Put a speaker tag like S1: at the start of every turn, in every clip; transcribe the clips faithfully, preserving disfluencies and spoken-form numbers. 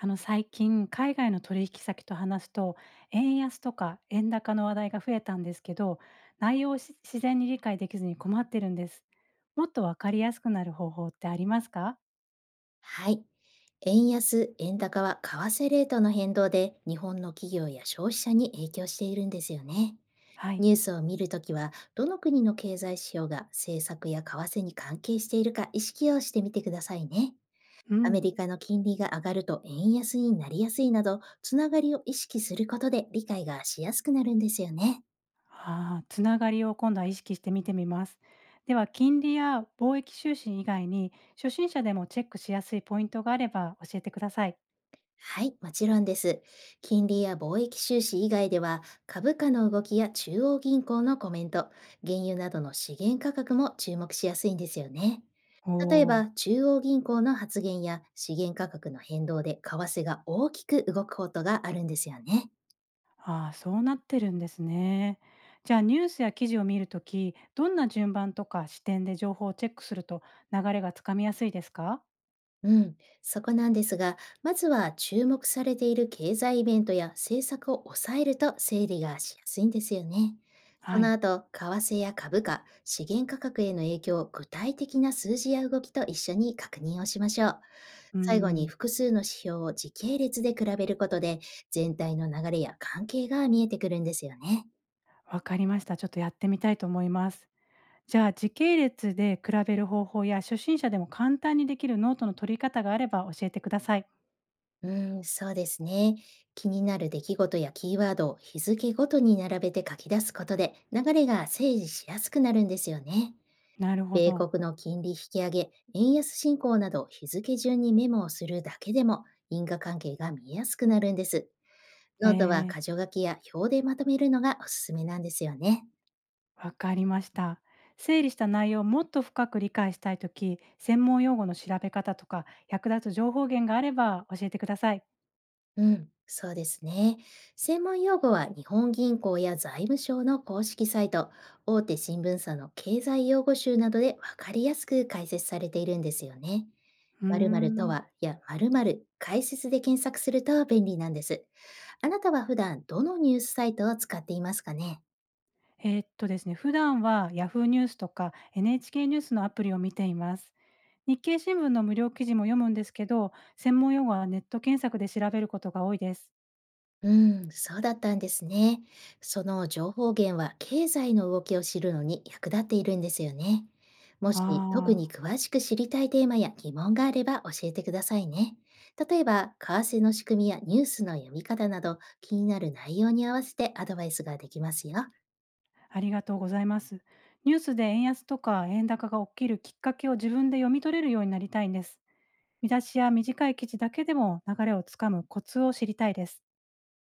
S1: あの最近、海外の取引先と話すと、円安とか円高の話題が増えたんですけど、内容をし自然に理解できずに困ってるんです。もっとわかりやすくなる方法ってありますか？
S2: はい。円安、円高は為替レートの変動で日本の企業や消費者に影響しているんですよね。
S1: はい。
S2: ニュースを見るときは、どの国の経済指標が政策や為替に関係しているか意識をしてみてくださいね。
S1: う
S2: アメ
S1: ん。
S2: リカの金利が上がると円安になりやすいなど、つながりを意識することで理解がしやすくなるんですよね。
S1: ああ、つながりを今度は意識して見てみます。では、金利や貿易収支以外に、初心者でもチェックしやすいポイントがあれば教えてください。
S2: はい、もちろんです。金利や貿易収支以外では、株価の動きや中央銀行のコメント、原油などの資源価格も注目しやすいんですよね。
S1: お
S2: 例えば、
S1: お。
S2: 中央銀行の発言や資源価格の変動で為替が大きく動くことがあるんですよね。
S1: ああ、そうなってるんですね。じゃあニュースや記事を見るとき、どんな順番とか視点で情報をチェックすると流れがつかみやすいですか？
S2: うん、そこなんですが、まずは注目されている経済イベントや政策を抑えると整理がしやすいんですよね。そ
S1: は
S2: の
S1: い。
S2: 後、為替や株価、資源価格への影響を具体的な数字や動きと一緒に確認をしましょう。
S1: うー
S2: 最後に
S1: ん、
S2: 複数の指標を時系列で比べることで、全体の流れや関係が見えてくるんですよね。
S1: わかりました。ちょっとやってみたいと思います。じゃあ時系列で比べる方法や初心者でも簡単にできるノートの取り方があれば教えてください。
S2: うん、そうですね。気になる出来事やキーワードを日付ごとに並べて書き出すことで流れが整理しやすくなるんですよね。
S1: なるほ
S2: 米
S1: ど。
S2: 国の金利引き上げ、円安進行など日付順にメモをするだけでも因果関係が見やすくなるんです。
S1: え
S2: ノートは
S1: ー、
S2: 箇条書きや表でまとめるのがおすすめなんですよね。
S1: わかりました。整理した内容をもっと深く理解したいとき、専門用語の調べ方とか役立つ情報源があれば教えてください。
S2: うん、そうですね。専門用語は日本銀行や財務省の公式サイト、大手新聞社の経済用語集などでわかりやすく解説されているんですよね。
S1: うー
S2: 〇〇と
S1: ん。
S2: は、いや、〇〇解説で検索すると便利なんです。あなたは普段どのニュースサイトを使っていますかね？
S1: えーっとですね、普段は ヤフー ニュースとか エヌエイチケー ニュースのアプリを見ています。日経新聞の無料記事も読むんですけど、専門用語はネット検索で調べることが多いです。
S2: うん、そうだったんですね。その情報源は経済の動きを知るのに役立っているんですよね。もし特
S1: ああ、
S2: に詳しく知りたいテーマや疑問があれば教えてくださいね。例えば、為替の仕組みやニュースの読み方など気になる内容に合わせてアドバイスができますよ。
S1: ありがとうございます。ニュースで円安とか円高が起きるきっかけを自分で読み取れるようになりたいんです。見出しや短い記事だけでも流れをつかむコツを知りたいです。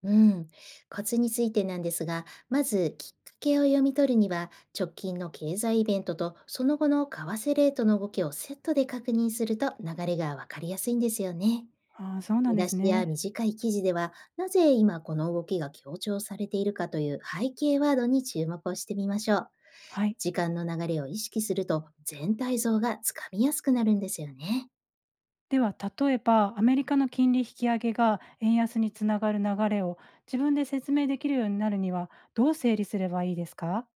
S2: うん、コツについてなんですが、まずきっかけを読み取るには、直近の経済イベントとその後の為替レートの動きをセットで確認すると流れがわかりやすいんですよね。
S1: ああ、そうなん
S2: 見
S1: で
S2: 出
S1: す
S2: しや
S1: ね。
S2: 短い記事では、なぜ今この動きが強調されているかという背景ワードに注目をしてみましょう。
S1: はい。
S2: 時間の流れを意識すると全体像がつかみやすくなるんですよね。
S1: では例えばアメリカの金利引き上げが円安につながる流れを自分で説明できるようになるにはどう整理すればいいですか？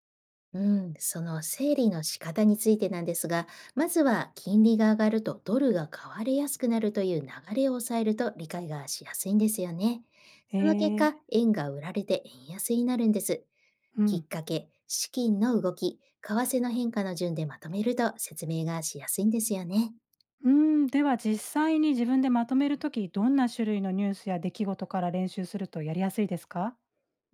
S2: うん、その整理の仕方についてなんですが、まずは金利が上がるとドルが買われやすくなるという流れを抑えると理解がしやすいんですよね。
S1: え
S2: その結
S1: ー、
S2: 果、円が売られて円安になるんです。
S1: う
S2: きっ
S1: ん。
S2: かけ、資金の動き、為替の変化の順でまとめると説明がしやすいんですよね。
S1: うーん、では実際に自分でまとめるときどんな種類のニュースや出来事から練習するとやりやすいですか？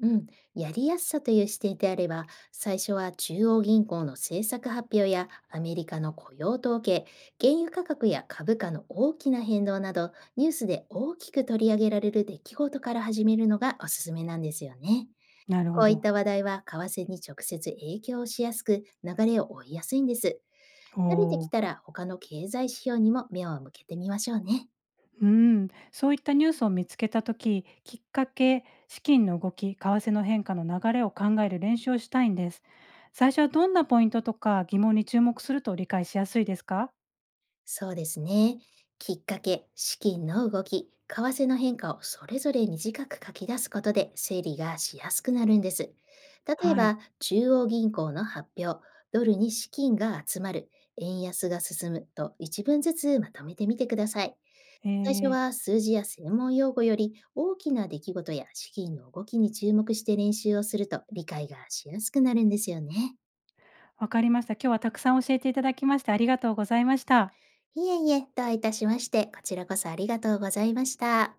S2: うん、やりやすさという視点であれば、最初は中央銀行の政策発表やアメリカの雇用統計、原油価格や株価の大きな変動など、ニュースで大きく取り上げられる出来事から始めるのがおすすめなんですよね。
S1: なるほ
S2: こういっ
S1: ど。
S2: た話題は為替に直接影響をしやすく、流れを追いやすいんです。慣れてき
S1: お、
S2: たら他の経済指標にも目を向けてみましょうね。
S1: うん、そういったニュースを見つけた時きっかけ資金の動き為替の変化の流れを考える練習をしたいんです。最初はどんなポイントとか疑問に注目すると理解しやすいですか？
S2: そうですね。きっかけ、資金の動き、為替の変化をそれぞれ短く書き出すことで整理がしやすくなるんです。例え
S1: はい
S2: ば、中央銀行の発表、ドルに資金が集まる、円安が進むと一文ずつまとめてみてください。
S1: え
S2: 最初
S1: ー、
S2: は数字や専門用語より大きな出来事や資金の動きに注目して練習をすると理解がしやすくなるんですよね。
S1: わかりました。今日はたくさん教えていただきましてありがとうございました。
S2: いえいえ、どういたしまして、こちらこそありがとうございました。